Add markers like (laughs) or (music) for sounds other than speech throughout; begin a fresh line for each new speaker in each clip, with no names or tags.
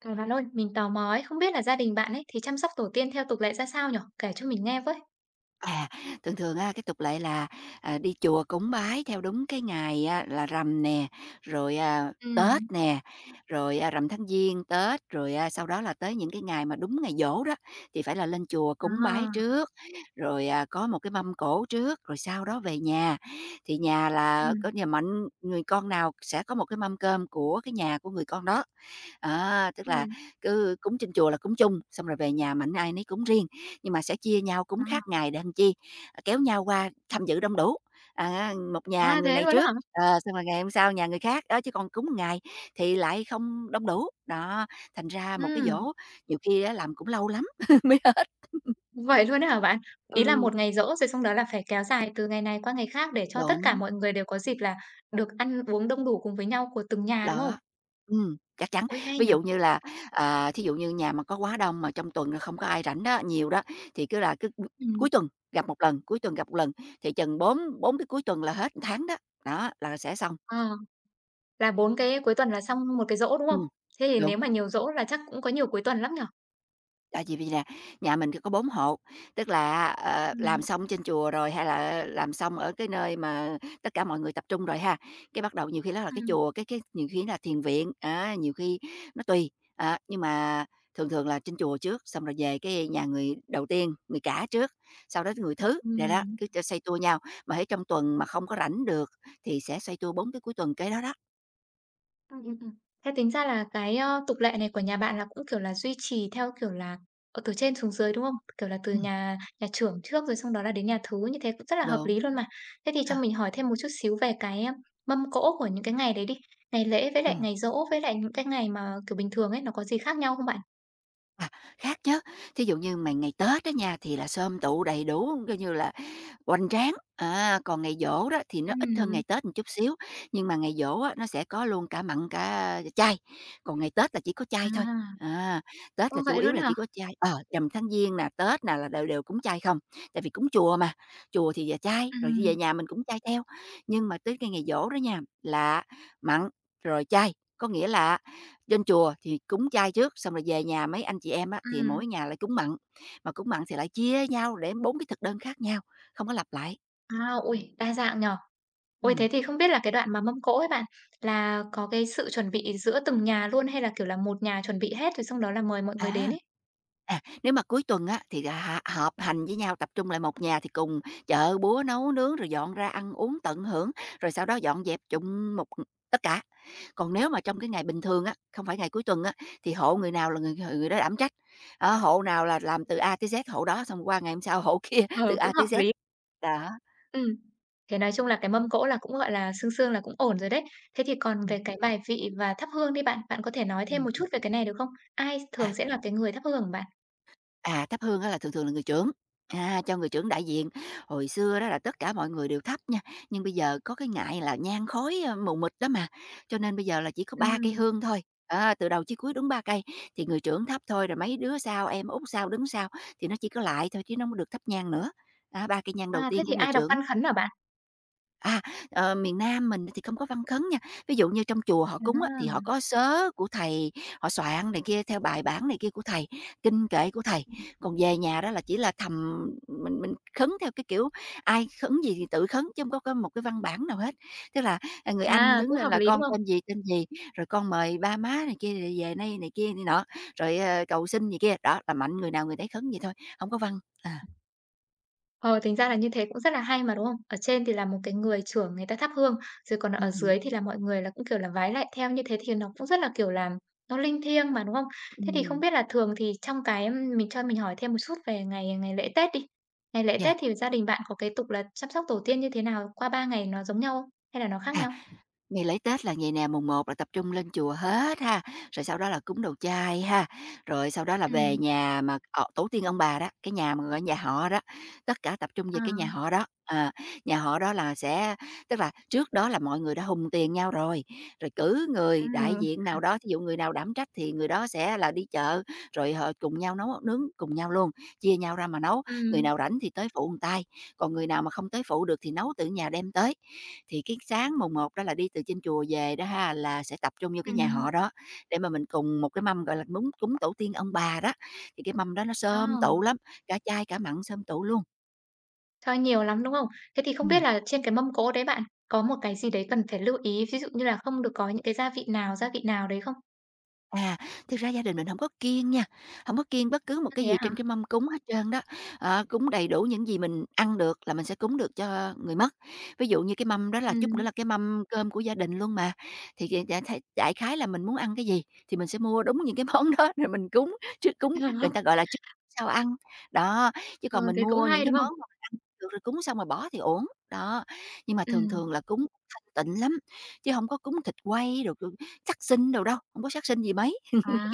À, bạn ơi, mình tò mò ấy, không biết là gia đình bạn ấy thì chăm sóc tổ tiên theo tục lệ ra sao nhở? Kể cho mình nghe với.
À, Thường thường á, cái tục lệ là, đi chùa cúng bái theo đúng cái ngày, là rằm nè, rồi, Tết
Ừm.
nè, rồi, rằm tháng Giêng, Tết, rồi, sau đó là tới những cái ngày mà đúng ngày giỗ đó, thì phải là lên chùa cúng bái
À,
trước, rồi, có một cái mâm cỗ trước, rồi sau đó về nhà. Thì nhà là
Ừm,
có nhà mạnh người con nào sẽ có một cái mâm cơm của cái nhà của người con đó. Đó, tức là
ừm.
cứ cúng trên chùa là cúng chung, xong rồi về nhà mạnh ai nấy cúng riêng, nhưng mà sẽ chia nhau
à,
cúng khác ngày để làm chi? Kéo nhau qua tham dự đông đủ, một nhà
à,
người
thế
này
luôn hả?
trước, xong rồi ngày hôm sau nhà người khác, đó, chứ còn cúng ngày thì lại không đông đủ. Đó, thành ra một cái
Ừm,
giỗ nhiều khi á làm cũng lâu lắm (laughs) mới
vậy luôn hả bạn? Ý là
ừ,
một ngày giỗ rồi xong đó là phải kéo dài từ ngày này qua ngày khác để cho tất cả
đúng,
mọi người đều có dịp là được ăn uống đông đủ cùng với nhau của từng nhà, đúng không?
đó, chắc chắn.
Ôi, hay
Ví
nhở!
dụ như là, thí dụ như nhà mà có quá đông mà trong tuần là không có ai rảnh đó, nhiều đó, thì cứ
Ừm.
cuối tuần gặp một lần, cuối tuần gặp một lần, thì chừng 4 4 cái cuối tuần là hết tháng đó, đó, là sẽ xong.
Ờ, là 4 cái cuối tuần là xong một cái giỗ, đúng không?
Ừm,
Thế thì
đúng,
nếu mà nhiều giỗ là chắc cũng có nhiều cuối tuần lắm nhở.
tại vì vì nè, nhà mình thì có 4 hộ, tức là, làm
Ừm,
xong trên chùa rồi hay là làm xong ở cái nơi mà tất cả mọi người tập trung rồi ha, cái bắt đầu nhiều khi đó là cái
ừm.
chùa, cái nhiều khi là thiền viện, á, nhiều khi nó tùy, á, nhưng mà thường thường là trên chùa trước, xong rồi về cái nhà người đầu tiên, người cả trước, sau đó tới người thứ, rồi đó,
Ừm.
cứ cho xoay tua nhau, mà hễ trong tuần mà không có rảnh được thì sẽ xoay tua 4 cái cuối tuần kế đó đó.
Ừm, ừm, ừm. Thế tính ra là cái, tục lệ này của nhà bạn là cũng, kiểu là, duy trì theo, kiểu là, ờ, từ trên xuống dưới, đúng không? Kiểu là, từ
Ừm,
nhà nhà trưởng trước rồi xong đó là đến nhà thứ, như thế cũng rất là hợp lý
đúng.
luôn mà. Thế thì cho
Ờ,
mình hỏi thêm một chút xíu về cái, mâm cỗ của những cái ngày đấy đi, ngày lễ với lại
ừm.
ngày giỗ với lại những cái ngày mà, kiểu, bình thường ấy, nó có gì khác nhau không bạn?
À, khác chứ. Thí dụ như mà ngày Tết đó nha, thì là xôm tụ đầy đủ, coi như là hoành tráng, còn ngày giỗ đó thì nó ít hơn
Ừm,
ngày Tết một chút xíu, nhưng mà ngày giỗ á, nó sẽ có luôn cả mặn cả chay, còn ngày Tết là chỉ có chay thôi.
à,
À, Tết
ô,
là chủ
vậy
yếu
luôn á
là
hả?
chỉ có chay, ờ, rằm tháng Giêng nè, Tết nè là đều đều cúng chay không, tại vì cúng chùa mà, chùa thì về chay,
Ừm,
rồi về
ừm.
nhà mình cũng chay theo. Nhưng mà tới cái ngày giỗ đó nha, là mặn, rồi chay, có nghĩa là trên chùa thì cúng chay trước, xong rồi về nhà mấy anh chị em á, thì mỗi nhà lại cúng mặn, mà cúng mặn thì lại chia nhau để 4 cái thực đơn khác nhau. Không có lặp lại.
À, ôi, đa dạng nhở! Ôi, thế
Ừm.
thì không biết là cái đoạn mà mâm cỗ ấy bạn, là có cái sự chuẩn bị giữa từng nhà luôn hay là, kiểu là, một nhà chuẩn bị hết rồi xong đó là mời mọi người
À.
đến ấy?
Nếu mà cuối tuần á, thì, họp hành với nhau, tập trung lại một nhà thì cùng chợ búa nấu nướng, rồi dọn ra ăn uống tận hưởng, rồi sau đó dọn dẹp chung một tất cả. Còn nếu mà trong cái ngày bình thường á, không phải ngày cuối tuần á, thì hộ người nào là người người đó đảm trách, á, hộ nào là làm từ A tới Z hộ đó, xong qua ngày hôm sau hộ kia (laughs) từ
Ừ, cũng
A
hợp
tới Z.
lý.
Đó,
Ừm. Thế nói chung là cái mâm cỗ là cũng, gọi là, sương sương là cũng ổn rồi đấy. Thế thì còn về
ừm,
cái bài vị và thắp hương đi bạn, bạn có thể nói thêm một
ừm.
chút về cái này được không? Ai thường sẽ là cái người thắp hương hả bạn?
Thắp hương á là thường thường là người trưởng, cho người trưởng đại diện. Hồi xưa đó là tất cả mọi người đều thắp nha, nhưng bây giờ có cái ngại là nhang khói, mù mịt đó mà, cho nên bây giờ là chỉ có 3 cây
Ừm.
hương thôi, á, từ đầu chí cuối đúng 3 cây, thì người trưởng thắp thôi, rồi mấy đứa sau, em út sau, đứng sau thì nó chỉ có lại thôi chứ nó không có được thắp nhang nữa. Á, 3 cây nhang đầu
À, thế
tiên
thì
của người
ai đọc văn
trưởng.
khấn hả bạn?
À, miền Nam mình thì không có văn khấn nha. Ví dụ như trong chùa họ cúng á, thì họ
À,
có sớ của thầy, họ soạn này kia theo bài bản này kia của thầy, kinh kệ của thầy. Còn về nhà đó là chỉ là thầm mình khấn theo cái kiểu ai khấn gì thì tự khấn chứ không có một cái văn bản nào hết. Tức là, người anh
à,
đứng
cũng
lên
hợp
là
lý,
"Con
đúng không?
tên gì, rồi con mời ba má này kia rồi về đây" này kia này nọ, rồi, cầu xin gì kia. Đó, là mạnh người nào người đấy khấn vậy thôi, không có văn. À,
Ờ, tính ra là như thế cũng rất là hay mà, đúng không? Ở trên thì là một cái người trưởng người ta thắp hương, rồi còn ở
hứm,
dưới thì là mọi người là cũng, kiểu là, vái lại theo, như thế thì nó cũng rất là, kiểu là, nó linh thiêng mà, đúng không? Thế thì không
ừm,
biết là thường thì trong cái, mình cho mình hỏi thêm một chút về ngày ngày lễ Tết đi. Ngày lễ
yeah,
Tết thì gia đình bạn có cái tục là chăm sóc tổ tiên như thế nào? Qua ba ngày nó giống nhau không? Hay là nó khác
à.
nhau?
Ngày lễ Tết là ngày nè, mùng một là tập trung lên chùa hết ha, rồi sau đó là cúng đầu chay ha, rồi sau đó là về
Ừm,
nhà mà tổ tiên ông bà đó, cái nhà mà gọi nhà họ đó, tất cả tập trung về
ờ,
cái nhà họ đó. Nhà họ đó là sẽ tức là trước đó là mọi người đã hùng tiền nhau rồi, rồi cử người đại
ừm,
diện nào đó, ví dụ người nào đảm trách thì người đó sẽ là đi chợ, rồi họ cùng nhau nấu nướng cùng nhau luôn, chia nhau ra mà nấu, người
Ừm,
nào rảnh thì tới phụ một tay, còn người nào mà không tới phụ được thì nấu từ nhà đem tới. Thì cái sáng mùng một đó là đi từ trên chùa về đó ha, là sẽ tập trung vô cái nhà
ừm.
họ đó, để mà mình cùng một cái mâm, gọi là, cúng cúng tổ tiên ông bà đó, thì cái mâm đó nó xôm tụ
à.
lắm, cả chay cả mặn xôm tụ luôn.
Trời, nhiều lắm, đúng không? Thế thì không biết
Ừm.
là trên cái mâm cỗ đấy bạn có một cái gì đấy cần phải lưu ý, ví dụ như là không được có những cái gia vị nào đấy không?
À, thực ra gia đình mình không có kiêng nha, không có kiêng bất cứ một
A, thế
cái gì
hả?
trên cái mâm cúng hết trơn đó. Ờ, cúng đầy đủ những gì mình ăn được là mình sẽ cúng được cho người mất. Ví dụ như cái mâm đó là chút nữa
Ừm.
là cái mâm cơm của gia đình luôn mà, thì đại khái là mình muốn ăn cái gì thì mình sẽ mua đúng những cái (laughs) món đó rồi mình cúng, trước cúng người ta gọi
(laughs)
là trước sau ăn. Đó, chứ
Ờ,
còn mình
thế cũng
mua
hay,
những cái
đúng không?
món mà mình ăn được rồi cúng xong rồi bỏ thì uổng. Đó, nhưng mà thường
Ừm.
thường là cúng thanh tịnh lắm, chứ không có cúng thịt quay được. Sát sinh đồ đâu, hổng có sát sinh gì mấy.
À,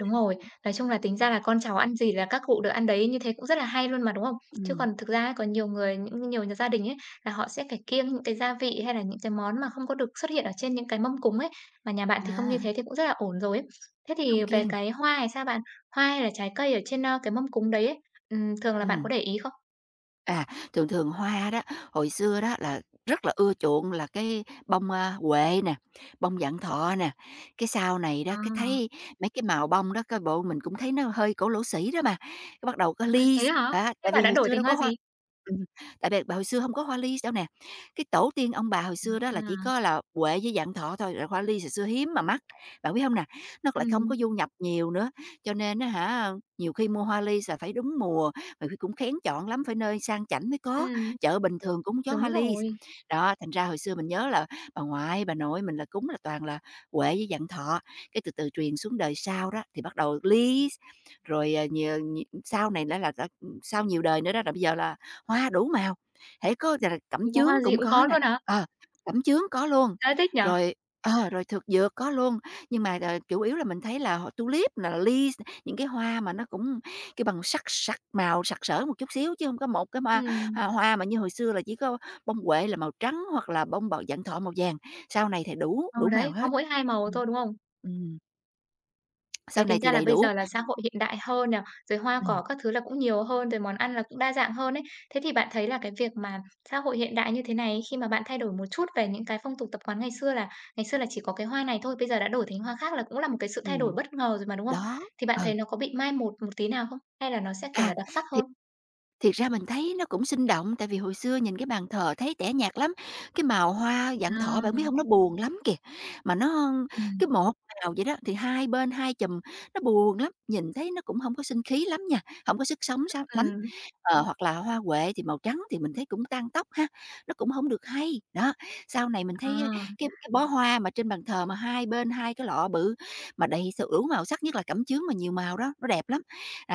đúng rồi. Nói chung là tính ra là con cháu ăn gì là các cụ được ăn đấy, như thế cũng rất là hay luôn mà, đúng không? Chứ
Ừm,
còn thực ra ấy, có nhiều người, những nhiều nhà gia đình ấy, là họ sẽ phải kiêng những cái gia vị hay là những cái món mà không có được xuất hiện ở trên những cái mâm cúng ấy, mà nhà bạn thì không như
à,
thế thì cũng rất là ổn rồi ấy. Thế
không
thì về
kiêng,
cái hoa thì sao bạn? Hoa hay là trái cây ở trên, cái mâm cúng đấy ấy, thường là bạn có
ừm.
để ý không?
À, thường thường hoa đó, hồi xưa đó là rất là ưa chuộng là cái bông, huệ nè, bông vạn thọ nè, cái sau này đó, cái
À,
thấy mấy cái màu bông đó coi bộ mình cũng thấy nó hơi cổ lỗ sĩ đó mà, cái bắt đầu có
à,
ly
thế hả?
á,
Thế
tại vì
bạn đã
hồi
đổi
xưa
thành
đâu có
hoa
hoa.
gì?
Ừm, tại vì hồi xưa không có hoa ly đâu nè. Cái tổ tiên ông bà hồi xưa đó là chỉ
À,
có là huệ với vạn thọ thôi, rồi hoa ly hồi xưa hiếm mà mắc, bạn biết không nè? Nó
ừ
lại không có du nhập nhiều nữa, cho nên á hả, nhiều khi mua hoa ly là phải đúng mùa, mà Huy cũng kén chọn lắm, phải nơi sang chảnh mới có,
ừm,
chợ bình thường cúng chó
đúng
hoa ly.
rồi.
Đó, thành ra hồi xưa mình nhớ là bà ngoại, bà nội mình là cúng là toàn là Huệ với Dặn Thọ, cái từ từ truyền xuống đời sau đó thì bắt đầu Ly, rồi, nhiều nhiều sau này đã là đã sau nhiều đời nữa đó là bây giờ là hoa đủ màu, hễ có là cẩm
Thì có
chướng
hoa gì
cũng
cũng
có
có
nè,
luôn hả?
ờ, cẩm chướng có luôn,
Thế thích nhỉ?
rồi rồi thực dược có luôn. Nhưng mà, chủ yếu là mình thấy là họ tulip, là ly, những cái hoa mà nó cũng cái bằng sắc sắc màu, sặc sỡ một chút xíu chứ không có một cái hoa,
Ừm.
hoa mà như hồi xưa là chỉ có bông huệ là màu trắng hoặc là bông bầu vạn thọ màu vàng, sau này thì đủ
Ừ,
đủ
đấy,
màu
có
hết.
mỗi hai màu
Ừm.
thôi, đúng không?
Ừm,
Thế
sau này
tính
thì
ra là
đầy
bây
đủ.
giờ là xã hội hiện đại hơn nè, rồi hoa cỏ
Ừm,
các thứ là cũng nhiều hơn, rồi món ăn là cũng đa dạng hơn ấy. Thế thì bạn thấy là cái việc mà xã hội hiện đại như thế này khi mà bạn thay đổi một chút về những cái phong tục tập quán ngày xưa là chỉ có cái hoa này thôi, bây giờ đã đổi thành hoa khác là cũng là một cái sự thay đổi
ừm,
bất ngờ rồi mà, đúng không?
đó,
Thì bạn thấy
ừ.
nó có bị mai một một tí nào không? Hay là nó sẽ, kiểu
À,
là, đặc sắc
thì
hơn?
thiệt ra mình thấy nó cũng sinh động, tại vì hồi xưa nhìn cái bàn thờ thấy tẻ nhạt lắm, cái màu hoa vạn thọ bạn biết
À,
hông? Nó buồn lắm kìa, mà nó
ừ,
cái một màu vậy đó, thì hai bên hai chùm, nó buồn lắm, nhìn thấy nó cũng hông có sinh khí lắm nha, hổng có sức sống só lắm.
ừm,
Ờ, hoặc là hoa huệ thì màu trắng thì mình thấy cũng tang tóc ha, nó cũng hổng được hay. Đó, sau này mình thấy
à,
cái bó hoa mà trên bàn thờ mà hai bên hai cái lọ bự mà đầy đủ màu sắc, nhất là cẩm chướng mà nhiều màu đó, nó đẹp lắm.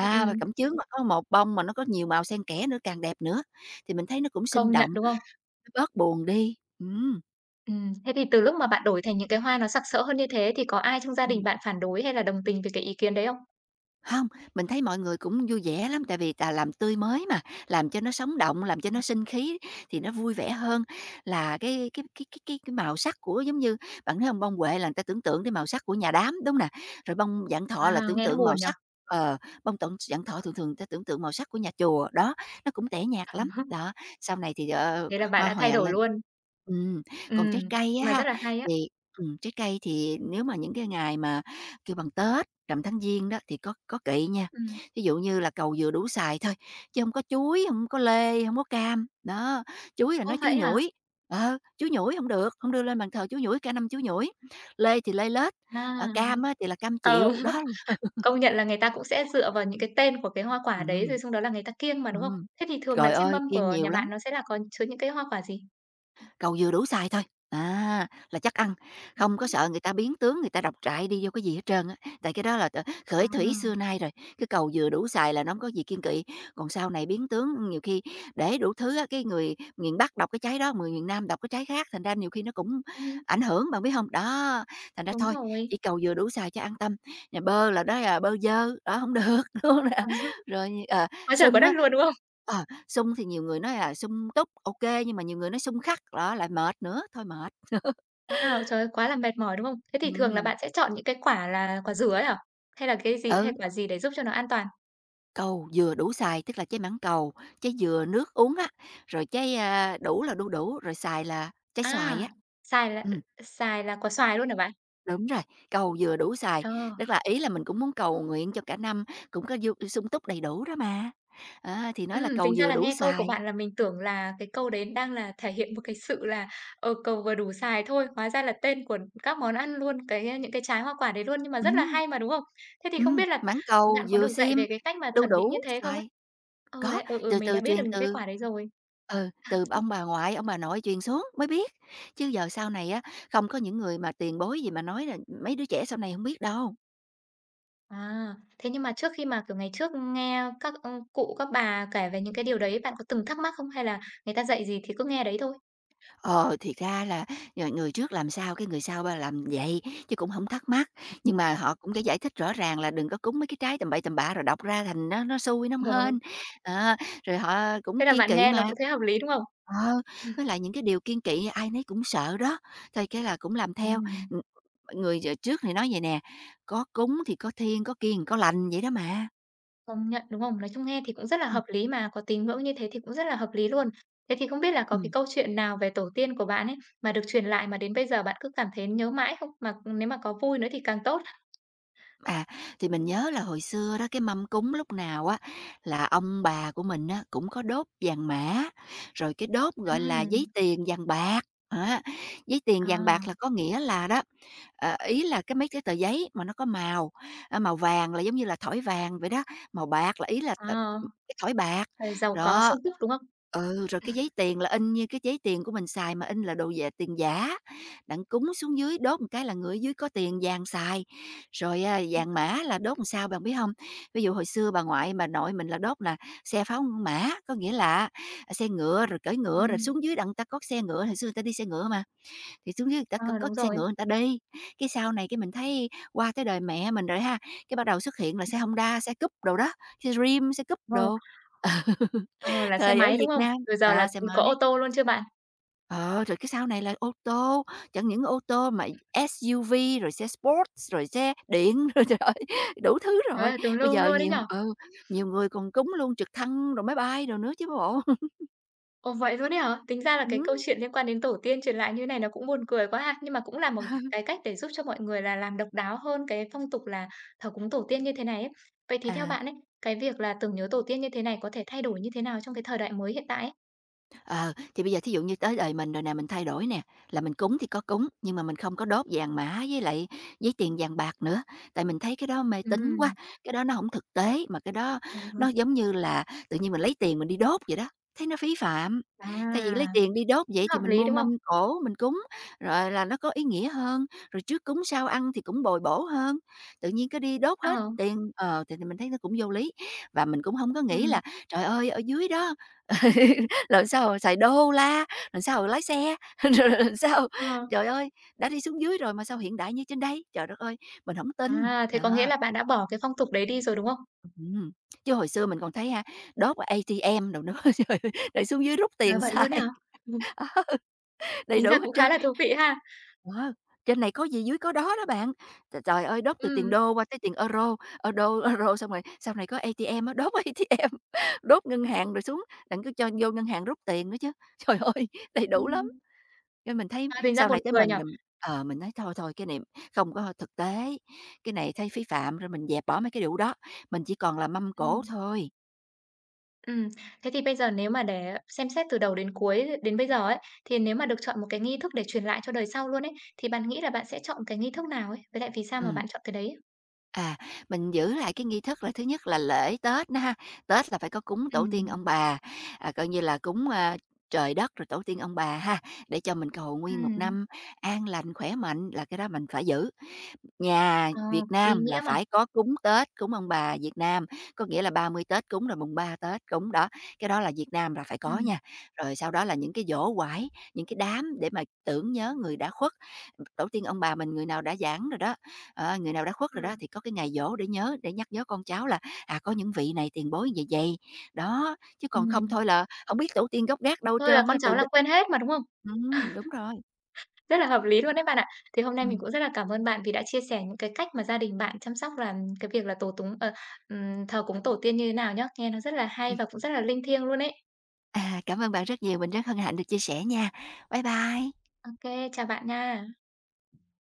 ừm,
mà
ừm,
cẩm chướng mà có một bông mà nó có nhiều màu xen kẽ nữa, càng đẹp nữa, thì mình thấy nó cũng sinh
công nhận,
động,
đúng không?
nó bớt buồn đi. Ừm.
Thế thì từ lúc mà bạn đổi thành những cái hoa nó sặc sỡ hơn như thế thì có ai trong gia đình
Ừm.
bạn phản đối hay là đồng tình về cái ý kiến đấy không?
Không, mình thấy mọi người cũng vui vẻ lắm, tại vì là làm tươi mới mà, làm cho nó sống động, làm cho nó sinh khí thì nó vui vẻ hơn là cái màu sắc của, giống như bạn thấy không, bông huệ là người ta tưởng tượng cái màu sắc của nhà đám, đúng nè? Rồi bông vạn thọ là
À,
tưởng
nghe nó
tượng
buồn
màu
nhỉ?
sắc, ờ, bông tận vạn thọ thường thường người ta tưởng tượng màu sắc của nhà chùa, đó, nó cũng tẻ nhạt lắm.
(laughs)
Đó, sau này thì, ờ,
Thế là bạn
hoa
đã thay
hòe
đổi
lên.
luôn.
Ừm, còn trái cây á
Mà
ha,
rất là hay á.
thì, trái cây thì nếu mà những cái ngày mà kêu bằng Tết Rằm tháng Giêng đó thì có kỵ nha,
Ừm.
ví dụ như là cầu vừa đủ xài thôi, chứ không có chuối, không có lê, không có cam. Đó, chuối là
Ô,
nói chuối
vậy hả?
nhủi, ờ, chuối nhủi không được, không đưa lên bàn thờ chuối nhủi, cả năm chuối nhủi. Lê thì lê lết, ờ,
À,
cam á thì là cam
ờ,
chịu, đó
(laughs)
là
công nhận là người ta cũng sẽ dựa vào những cái tên của cái hoa quả đấy, rồi
ừm.
xong đó là người ta kiêng mà, đúng không?
Ừm.
Thế thì thường là
Trời
trên mâm
ơi, kiêng
của
nhiều
nhà
lắm.
bạn nó sẽ là có chứa những cái hoa quả gì?
Cầu vừa đủ xài thôi, à, là chắc ăn, không có sợ người ta biến tướng, người ta độc trại đi vô cái gì hết trơn á. Tại cái đó là
À,
khởi thủy xưa nay rồi, cái cầu vừa đủ xài là nó hông có gì kiên kỵ. Còn sau này biến tướng nhiều khi để đủ thứ á, cái người miền Bắc đọc cái trái đó, người miền Nam đọc cái trái khác, thành ra nhiều khi nó cũng
ừm,
ảnh hưởng, bạn biết không? Đó, thành ra
đúng
thôi,
rồi.
chỉ cầu vừa đủ xài cho an tâm, nhà bơ là đó là bơ dơ, đó, không được, (laughs) đúng hông nè?
(laughs)
Rồi, ờ,
Quá trời quá
sung
đất
á,
luôn, đúng không?
ờ. Xung thì nhiều người nói là xung túc, ok, nhưng mà nhiều người nói xung khắc, đó, lại mệt nữa, thôi mệt.
Wow, trời ơi, quá là mệt mỏi, đúng không? Thế thì thường là
Ừm,
bạn sẽ chọn những cái quả là quả dứa ấy hả? Hay là cái gì hay
ừ,
quả gì để giúp cho nó an toàn?
cầu dừa đủ xài, tức là trái mảng cầu, trái dừa nước uống á, rồi trái, a, đủ là đu đủ, rồi xài là trái xoài
À,
á.
xài là
Ừm,
xài là quả xoài luôn hả bạn?
đúng rồi, cầu dừa đủ xài,
Ờ,
tức là ý là mình cũng muốn cầu nguyện cho cả năm cũng có du sung túc đầy đủ đó mà. Á, thì nói là cầu
tính ra
dừa
là
đủ
nghe câu của
xài.
bạn là mình tưởng là cái câu đấy đang là thể hiện một cái sự là, ờ, cầu vừa đủ xài thôi, hóa ra là tên của các món ăn luôn, cái những cái trái hoa quả đấy luôn, nhưng mà rất là
Ừm,
hay mà, đúng không? Thế thì không biết là
mảng cầu,
bạn có
dừa
được dạy
sim,
về cái cách mà
đu
chuẩn bị
đủ,
như thế không ấy?
xoài.
Ừ,
Có,
đấy, ừ, ừ,
từ
mình đã
từ
biết được
truyền
những cái
từ,
quả đấy rồi.
ừ, từ ông bà ngoại, ông bà nội truyền xuống mới biết, chứ giờ sau này á, không có những người mà tiền bối gì mà nói là mấy đứa trẻ sau này không biết đâu.
À, thế nhưng mà trước khi mà, kiểu, ngày trước nghe các, cụ, các bà kể về những cái điều đấy, bạn có từng thắc mắc không? Hay là người ta dạy gì thì cứ nghe đấy thôi?
Ờ, thì ra là, ờ, người trước làm sao cái người sau ba làm vậy, chứ cũng không thắc mắc, nhưng mà
(laughs)
họ cũng đã giải thích rõ ràng là đừng có cúng mấy cái trái tầm bậy tầm bạ rồi đọc ra thành nó xui, nó không
Ừ,
hên. Ờ, rồi họ
thế
cũng
là
kiên
bạn
kỵ
nghe nó
mà.
cũng thấy hợp lý, đúng không?
Ờ, với lại những cái điều kiêng kỵ ai nấy cũng sợ đó, thôi cái là cũng làm theo.
Ừm,
Ừm, người giờ trước thì nói vậy nè: "Có cúng thì có thiêng, có kiêng có lành" vậy đó mà.
công nhận, đúng không? Nói chung nghe thì cũng rất là
Ừm,
hợp lý mà, có tín ngưỡng như thế thì cũng rất là hợp lý luôn. Thế thì không biết là có cái
ừm.
câu chuyện nào về tổ tiên của bạn ấy, mà được truyền lại mà đến bây giờ bạn cứ cảm thấy nhớ mãi không? Mà nếu mà có vui nữa thì càng tốt.
À, thì mình nhớ là hồi xưa đó, cái mâm cúng lúc nào á là ông bà của mình á cũng có đốt vàng mã, rồi cái đốt, gọi là,
Ừm,
giấy tiền vàng bạc, á. Giấy tiền
ờ,
vàng bạc là có nghĩa là đó, ờ, ý là cái mấy cái tờ giấy mà nó có màu, a, màu vàng là giống như là thỏi vàng vậy đó, màu bạc là ý là, ờ,
ờ,
cái thỏi bạc.
giàu có
Đó.
sung túc, đúng không?
Ừ, rồi cái giấy tiền là in như cái giấy tiền của mình xài mà in là đồ giả tiền giả. Đặng cúng xuống dưới, đốt một cái là người ở dưới có tiền vàng xài. Rồi, a, vàng mã là đốt làm sao bạn biết không? Ví dụ hồi xưa bà ngoại, bà nội mình là đốt là xe pháo mã, có nghĩa là, à, xe ngựa rồi cưỡi ngựa rồi
Ừm,
xuống dưới đặng ta có xe ngựa, hồi xưa người ta đi xe ngựa mà, thì xuống dưới người ta có
ờ,
có
đúng
xe
rồi.
ngựa người ta đi. Cái sau này cái mình thấy qua tới đời mẹ mình rồi ha, cái bắt đầu xuất hiện là xe Honda, xe Cúp đồ đó, xe Dream, xe Cúp
Ờ.
đồ. (laughs)
Ờ, là xe
Thời ở
máy, đúng
Việt
không?
Nam,
Rồi giờ là,
à, xe
có ô
máy.
tô luôn chưa bạn?
Ờ, rồi cái sau này là ô tô, chẳng những ô tô mà SUV, rồi xe sports, rồi xe điện, (laughs) rồi trời ơi, đủ thứ
Trời
rồi.
ơi, tùm
Bây
lum
giờ
luôn đấy
nhiều,
nhỉ?
ừ, nhiều người còn cúng luôn trực thăng rồi máy bay rồi nữa chứ bộ. (laughs)
Ồ, vậy luôn ấy hả? Tính ra là cái
Ừm.
câu chuyện liên quan đến tổ tiên truyền lại như này nó cũng buồn cười quá ha, nhưng mà cũng là một cái
(laughs)
cách để giúp cho mọi người là làm độc đáo hơn cái phong tục là thờ cúng tổ tiên như thế này ấy. Vậy thì theo
À.
bạn ấy, cái việc là tưởng nhớ tổ tiên như thế này có thể thay đổi như thế nào trong cái thời đại mới hiện tại ấy?
Ờ, thì bây giờ thí dụ như tới đời mình rồi nè, mình thay đổi nè, là mình cúng thì có cúng, nhưng mà mình không có đốt vàng mã với lại giấy tiền vàng bạc nữa, tại mình thấy cái đó mê tín quá,
Ừm.
cái đó nó không thực tế, mà cái đó
Ờ, ờ.
nó giống như là tự nhiên mình lấy tiền mình đi đốt vậy đó, thấy nó phí phạm.
À,
Thay vì lấy tiền đi đốt
cũng
vậy thì
hợp
mình
lý,
mua
đúng
mâm
không?
cổ mình cúng, rồi là nó có ý nghĩa hơn, rồi trước cúng sau ăn thì cũng bồi bổ hơn, tự nhiên cứ đi đốt hết
Ờ,
tiền, ờ, thì mình thấy nó cũng vô lý. Và mình cũng không có nghĩ
ừm,
là "Trời ơi, ở dưới đó (laughs) làm sao xài đô la, làm sao lái xe, (laughs) rồi làm sao,
ờ.
trời ơi, đã đi xuống dưới rồi mà sao hiện đại như trên đây, trời đất ơi, mình không tin."
À, thế có nghĩa
Đó,
là bạn đã bỏ cái phong tục đấy đi rồi, đúng không?
ừm, chứ hồi xưa mình còn thấy ha, đốt ở ATM đâu nữa, (laughs) trời ơi, để xuống dưới rút
À,
tiền
vậy luôn ấy
xài,
hả? Ừm,
(laughs) đầy
tính ra
đủ
cũng
hết
khá
trơn.
là thú vị ha.
Ờ, trên này có gì dưới có đó đó bạn. Trời trời ơi, đốt từ tiền
Ừm,
đô qua tới tiền euro, euro, euro xong rồi sau này có ATM á, (laughs) đốt a tê em, (laughs) đốt ngân hàng rồi xuống, đặng cứ cho vô ngân hàng rút tiền nữa chứ. Trời ơi, đầy đủ lắm.
ừm,
Nên mình thấy
à, tính ra
sau
buồn
này tới
cười
mình
nhỉ?
thì mình nói thôi thôi cái này không có thực tế, cái này thấy phí phạm rồi mình dẹp bỏ mấy cái điều đó, mình chỉ còn là mâm cỗ
Ừm,
thôi.
ừm. Thế thì bây giờ nếu mà để xem xét từ đầu đến cuối đến bây giờ ấy, thì nếu mà được chọn một cái nghi thức để truyền lại cho đời sau luôn ấy, thì bạn nghĩ là bạn sẽ chọn cái nghi thức nào ấy? Với lại vì sao mà
Ừm,
bạn chọn cái đấy?
à, mình giữ lại cái nghi thức là thứ nhất là lễ Tết nữa ha, Tết là phải có cúng tổ tiên
Ừm,
ông bà, à, coi như là cúng, a, trời đất rồi tổ tiên ông bà ha, để cho mình cầu nguyện một
ừm,
năm an lành, khỏe mạnh là cái đó mình phải giữ. Nhà
ờ,
Việt
ý
Nam là
nghĩa mà.
phải có cúng Tết, cúng ông bà Việt Nam, có nghĩa là 30 Tết cúng, rồi mùng 3 Tết cúng, đó, cái đó là Việt Nam là phải có
Ừm,
nha. Rồi sau đó là những cái giỗ quải, những cái đám để mà tưởng nhớ người đã khuất. Tổ tiên ông bà mình người nào đã giảng rồi đó, ờ, người nào đã khuất rồi
ừm,
đó thì có cái ngày giỗ để nhớ, để nhắc nhớ con cháu là, à, có những vị này tiền bối như vậy vậy. Đó, chứ còn không thôi
ừm.
là không biết tổ tiên gốc gác đâu
Thôi là
trơn
con
á,
cháu
từ
là quên hết mà, đúng không?
đúng rồi,
Rất là hợp lý luôn đấy bạn ạ. Thì hôm nay mình
ừm.
cũng rất là cảm ơn bạn vì đã chia sẻ những cái cách mà gia đình bạn chăm sóc là cái việc là tổ túng thờ cúng tổ tiên như thế nào nhá. Nghe nó rất là hay
Ừm.
và cũng rất là linh thiêng luôn ấy.
À, cảm ơn bạn rất nhiều, mình rất hân hạnh được chia sẻ nha. Bye bye.
OK, chào bạn nha.